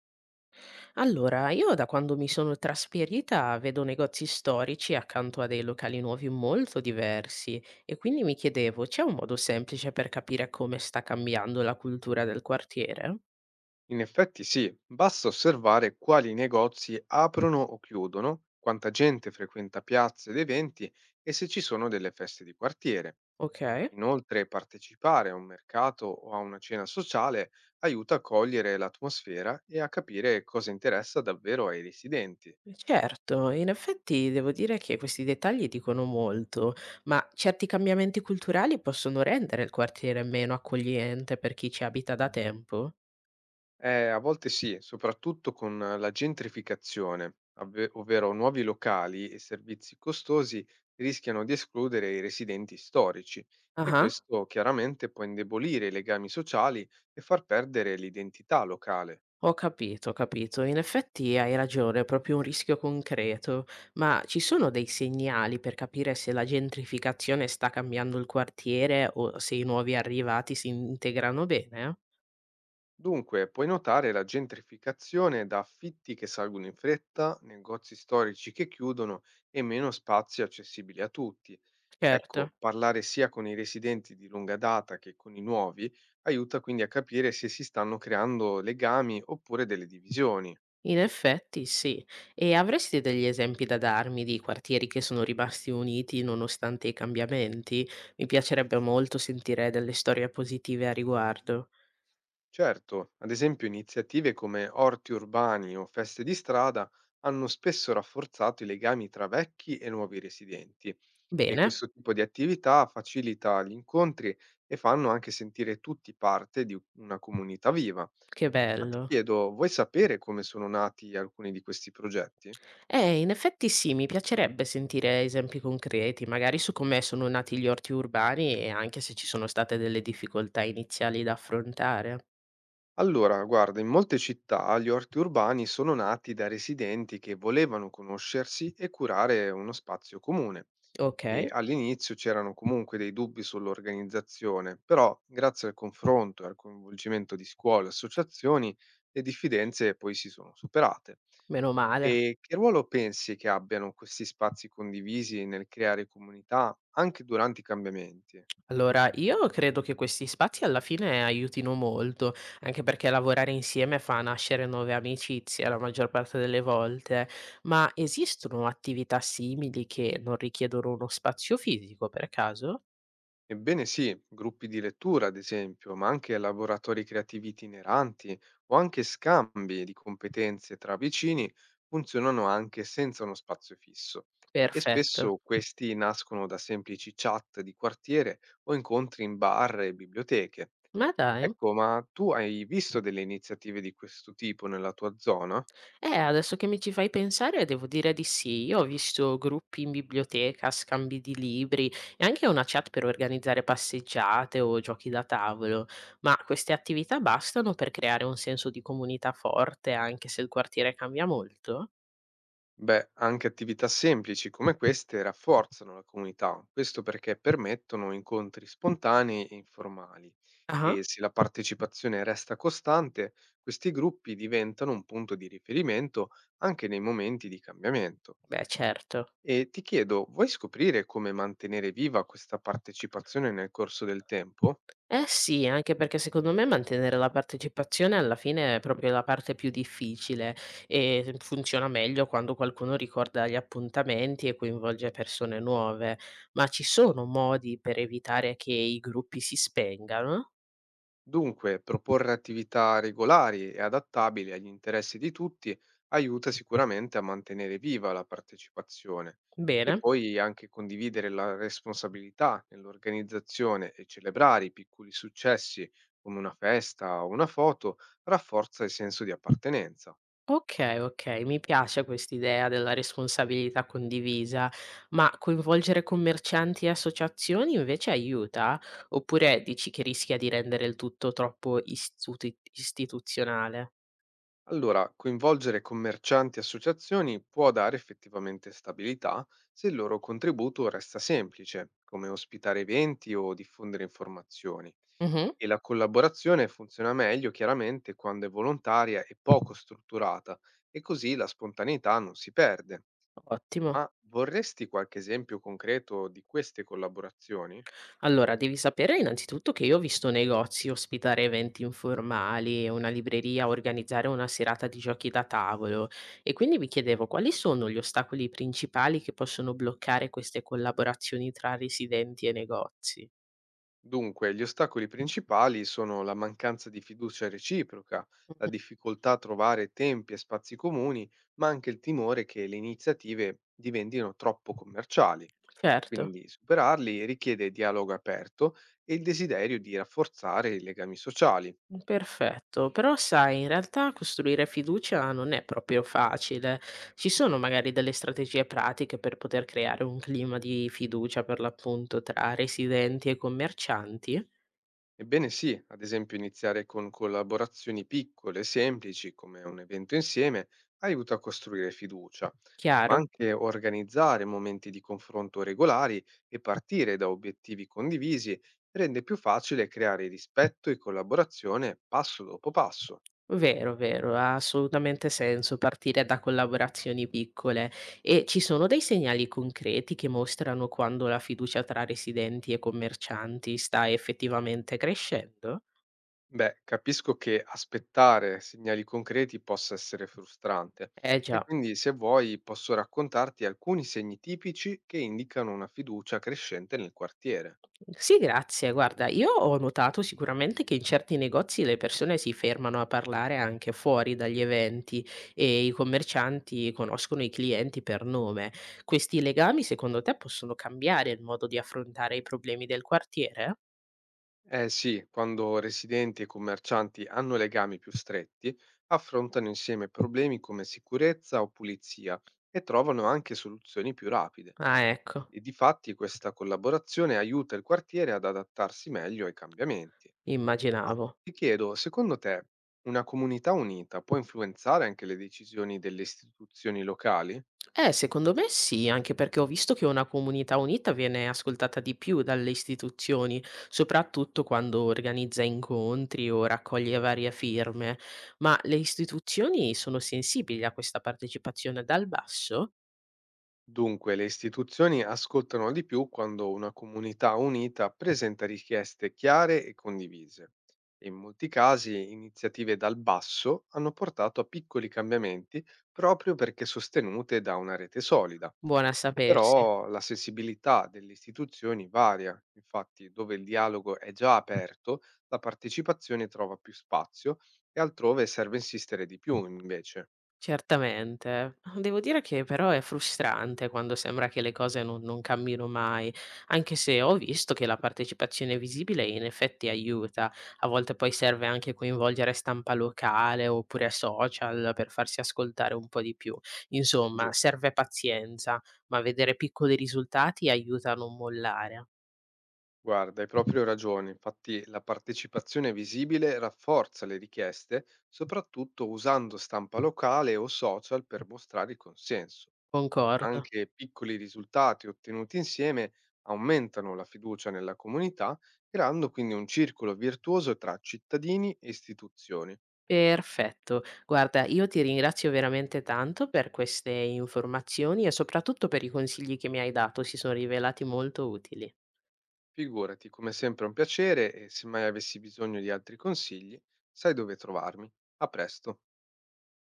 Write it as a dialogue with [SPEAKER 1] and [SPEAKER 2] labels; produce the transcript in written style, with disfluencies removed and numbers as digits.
[SPEAKER 1] Allora, io da quando mi sono trasferita vedo negozi storici accanto a dei locali nuovi molto diversi e quindi mi chiedevo, c'è un modo semplice per capire come sta cambiando la cultura del quartiere?
[SPEAKER 2] In effetti sì, basta osservare quali negozi aprono o chiudono, quanta gente frequenta piazze ed eventi e se ci sono delle feste di quartiere.
[SPEAKER 1] Ok,
[SPEAKER 2] Inoltre partecipare a un mercato o a una cena sociale aiuta a cogliere l'atmosfera e a capire cosa interessa davvero ai residenti.
[SPEAKER 1] certo, in effetti devo dire che questi dettagli dicono molto, ma certi cambiamenti culturali possono rendere il quartiere meno accogliente per chi ci abita da tempo?
[SPEAKER 2] A volte sì, soprattutto con la gentrificazione, ovvero nuovi locali e servizi costosi rischiano di escludere i residenti storici e
[SPEAKER 1] Ah.
[SPEAKER 2] questo chiaramente può indebolire i legami sociali e far perdere l'identità locale.
[SPEAKER 1] Ho capito, ho capito. In effetti hai ragione, è proprio un rischio concreto. Ma ci sono dei segnali per capire se la gentrificazione sta cambiando il quartiere o se i nuovi arrivati si integrano bene?
[SPEAKER 2] Dunque, puoi notare la gentrificazione da affitti che salgono in fretta, negozi storici che chiudono e meno spazi accessibili a tutti.
[SPEAKER 1] Certo.
[SPEAKER 2] Ecco, parlare sia con i residenti di lunga data che con i nuovi aiuta quindi a capire se si stanno creando legami oppure delle divisioni.
[SPEAKER 1] In effetti sì. E avresti degli esempi da darmi di quartieri che sono rimasti uniti nonostante i cambiamenti? Mi piacerebbe molto sentire delle storie positive a riguardo.
[SPEAKER 2] Certo, ad esempio iniziative come orti urbani o feste di strada hanno spesso rafforzato i legami tra vecchi e nuovi residenti, e
[SPEAKER 1] Bene,
[SPEAKER 2] questo tipo di attività facilita gli incontri e fanno anche sentire tutti parte di una comunità viva. Ma
[SPEAKER 1] che
[SPEAKER 2] ti
[SPEAKER 1] bello.
[SPEAKER 2] chiedo, vuoi sapere come sono nati alcuni di questi progetti?
[SPEAKER 1] In effetti sì, mi piacerebbe sentire esempi concreti, magari su come sono nati gli orti urbani e anche se ci sono state delle difficoltà iniziali da affrontare.
[SPEAKER 2] Allora, guarda, in molte città gli orti urbani sono nati da residenti che volevano conoscersi e curare uno spazio comune.
[SPEAKER 1] Ok,
[SPEAKER 2] E all'inizio c'erano comunque dei dubbi sull'organizzazione, però grazie al confronto e al coinvolgimento di scuole e associazioni le diffidenze poi si sono superate.
[SPEAKER 1] meno male.
[SPEAKER 2] E che ruolo pensi che abbiano questi spazi condivisi nel creare comunità anche durante i cambiamenti?
[SPEAKER 1] Allora, io credo che questi spazi alla fine aiutino molto, anche perché lavorare insieme fa nascere nuove amicizie la maggior parte delle volte, ma esistono attività simili che non richiedono uno spazio fisico per caso?
[SPEAKER 2] Ebbene sì, gruppi di lettura, ad esempio, ma anche laboratori creativi itineranti o anche scambi di competenze tra vicini funzionano anche senza uno spazio fisso, e
[SPEAKER 1] Perfetto.
[SPEAKER 2] spesso questi nascono da semplici chat di quartiere o incontri in bar e biblioteche.
[SPEAKER 1] Ma dai.
[SPEAKER 2] Ecco, ma tu hai visto delle iniziative di questo tipo nella tua zona?
[SPEAKER 1] Adesso che mi ci fai pensare devo dire di sì. Io ho visto gruppi in biblioteca, scambi di libri e anche una chat per organizzare passeggiate o giochi da tavolo, ma queste attività bastano per creare un senso di comunità forte anche se il quartiere cambia molto?
[SPEAKER 2] Beh, anche attività semplici come queste rafforzano la comunità, questo perché permettono incontri spontanei e informali,
[SPEAKER 1] Ah,
[SPEAKER 2] e se la partecipazione resta costante, questi gruppi diventano un punto di riferimento anche nei momenti di cambiamento.
[SPEAKER 1] beh, certo.
[SPEAKER 2] E ti chiedo, vuoi scoprire come mantenere viva questa partecipazione nel corso del tempo?
[SPEAKER 1] Eh sì, anche perché secondo me mantenere la partecipazione alla fine è proprio la parte più difficile e funziona meglio quando qualcuno ricorda gli appuntamenti e coinvolge persone nuove. Ma ci sono modi per evitare che i gruppi si spengano?
[SPEAKER 2] Dunque, proporre attività regolari e adattabili agli interessi di tutti aiuta sicuramente a mantenere viva la partecipazione, e
[SPEAKER 1] Bene.
[SPEAKER 2] poi anche condividere la responsabilità nell'organizzazione e celebrare i piccoli successi come una festa o una foto rafforza il senso di appartenenza.
[SPEAKER 1] Ok, ok, mi piace quest'idea della responsabilità condivisa, ma coinvolgere commercianti e associazioni invece aiuta? Oppure dici che rischia di rendere il tutto troppo istituzionale?
[SPEAKER 2] Allora, coinvolgere commercianti e associazioni può dare effettivamente stabilità se il loro contributo resta semplice, come ospitare eventi o diffondere informazioni.
[SPEAKER 1] Mh-mh.
[SPEAKER 2] E la collaborazione funziona meglio chiaramente quando è volontaria e poco strutturata, e così la spontaneità non si perde.
[SPEAKER 1] Ottimo.
[SPEAKER 2] Ma vorresti qualche esempio concreto di queste collaborazioni?
[SPEAKER 1] Allora, devi sapere innanzitutto che io ho visto negozi ospitare eventi informali, una libreria organizzare una serata di giochi da tavolo e quindi mi chiedevo quali sono gli ostacoli principali che possono bloccare queste collaborazioni tra residenti e negozi.
[SPEAKER 2] Dunque, gli ostacoli principali sono la mancanza di fiducia reciproca, la
[SPEAKER 1] Mh-mh.
[SPEAKER 2] difficoltà a trovare tempi e spazi comuni, ma anche il timore che le iniziative diventino troppo commerciali.
[SPEAKER 1] Certo.
[SPEAKER 2] Quindi superarli richiede dialogo aperto e il desiderio di rafforzare i legami sociali.
[SPEAKER 1] Perfetto. Però sai, in realtà costruire fiducia non è proprio facile. Ci sono magari delle strategie pratiche per poter creare un clima di fiducia, per l'appunto, tra residenti e commercianti?
[SPEAKER 2] Ebbene sì, ad esempio iniziare con collaborazioni piccole e semplici, come un evento insieme, aiuta a costruire fiducia, ma
[SPEAKER 1] Chiaro?
[SPEAKER 2] anche organizzare momenti di confronto regolari e partire da obiettivi condivisi rende più facile creare rispetto e collaborazione passo dopo passo.
[SPEAKER 1] Vero, vero, ha assolutamente senso partire da collaborazioni piccole. E ci sono dei segnali concreti che mostrano quando la fiducia tra residenti e commercianti sta effettivamente crescendo?
[SPEAKER 2] Beh, capisco che aspettare segnali concreti possa essere frustrante,
[SPEAKER 1] Eh
[SPEAKER 2] e
[SPEAKER 1] già.
[SPEAKER 2] quindi se vuoi posso raccontarti alcuni segni tipici che indicano una fiducia crescente nel quartiere.
[SPEAKER 1] Sì, grazie. Guarda, io ho notato sicuramente che in certi negozi le persone si fermano a parlare anche fuori dagli eventi e i commercianti conoscono i clienti per nome. Questi legami, secondo te, possono cambiare il modo di affrontare i problemi del quartiere?
[SPEAKER 2] Eh sì, quando residenti e commercianti hanno legami più stretti, affrontano insieme problemi come sicurezza o pulizia e trovano anche soluzioni più rapide.
[SPEAKER 1] Ah, ecco,
[SPEAKER 2] E di fatti questa collaborazione aiuta il quartiere ad adattarsi meglio ai cambiamenti. Ma
[SPEAKER 1] immaginavo.
[SPEAKER 2] ti chiedo, secondo te una comunità unita può influenzare anche le decisioni delle istituzioni locali?
[SPEAKER 1] Secondo me sì, anche perché ho visto che una comunità unita viene ascoltata di più dalle istituzioni, soprattutto quando organizza incontri o raccoglie varie firme. Ma le istituzioni sono sensibili a questa partecipazione dal basso?
[SPEAKER 2] Dunque, le istituzioni ascoltano di più quando una comunità unita presenta richieste chiare e condivise. In molti casi iniziative dal basso hanno portato a piccoli cambiamenti proprio perché sostenute da una rete solida.
[SPEAKER 1] Buona a sapersi.
[SPEAKER 2] Però la sensibilità delle istituzioni varia, infatti dove il dialogo è già aperto, la partecipazione trova più spazio e altrove serve insistere di più invece,
[SPEAKER 1] Certamente. Devo dire che però è frustrante quando sembra che le cose non cammino mai, anche se ho visto che la partecipazione visibile in effetti aiuta. A volte poi serve anche coinvolgere stampa locale oppure social per farsi ascoltare un po' di più. Insomma,
[SPEAKER 2] giusto?
[SPEAKER 1] serve pazienza, ma vedere piccoli risultati aiuta a non mollare.
[SPEAKER 2] Guarda, hai proprio ragione. Infatti, la partecipazione visibile rafforza le richieste, soprattutto usando stampa locale o social per mostrare il consenso.
[SPEAKER 1] Concordo.
[SPEAKER 2] Anche piccoli risultati ottenuti insieme aumentano la fiducia nella comunità, creando quindi un circolo virtuoso tra cittadini e istituzioni.
[SPEAKER 1] Perfetto. Guarda, io ti ringrazio veramente tanto per queste informazioni e soprattutto per i consigli che mi hai dato, si sono rivelati molto utili.
[SPEAKER 2] Figurati, come sempre è un piacere, e se mai avessi bisogno di altri consigli, sai dove trovarmi. A presto.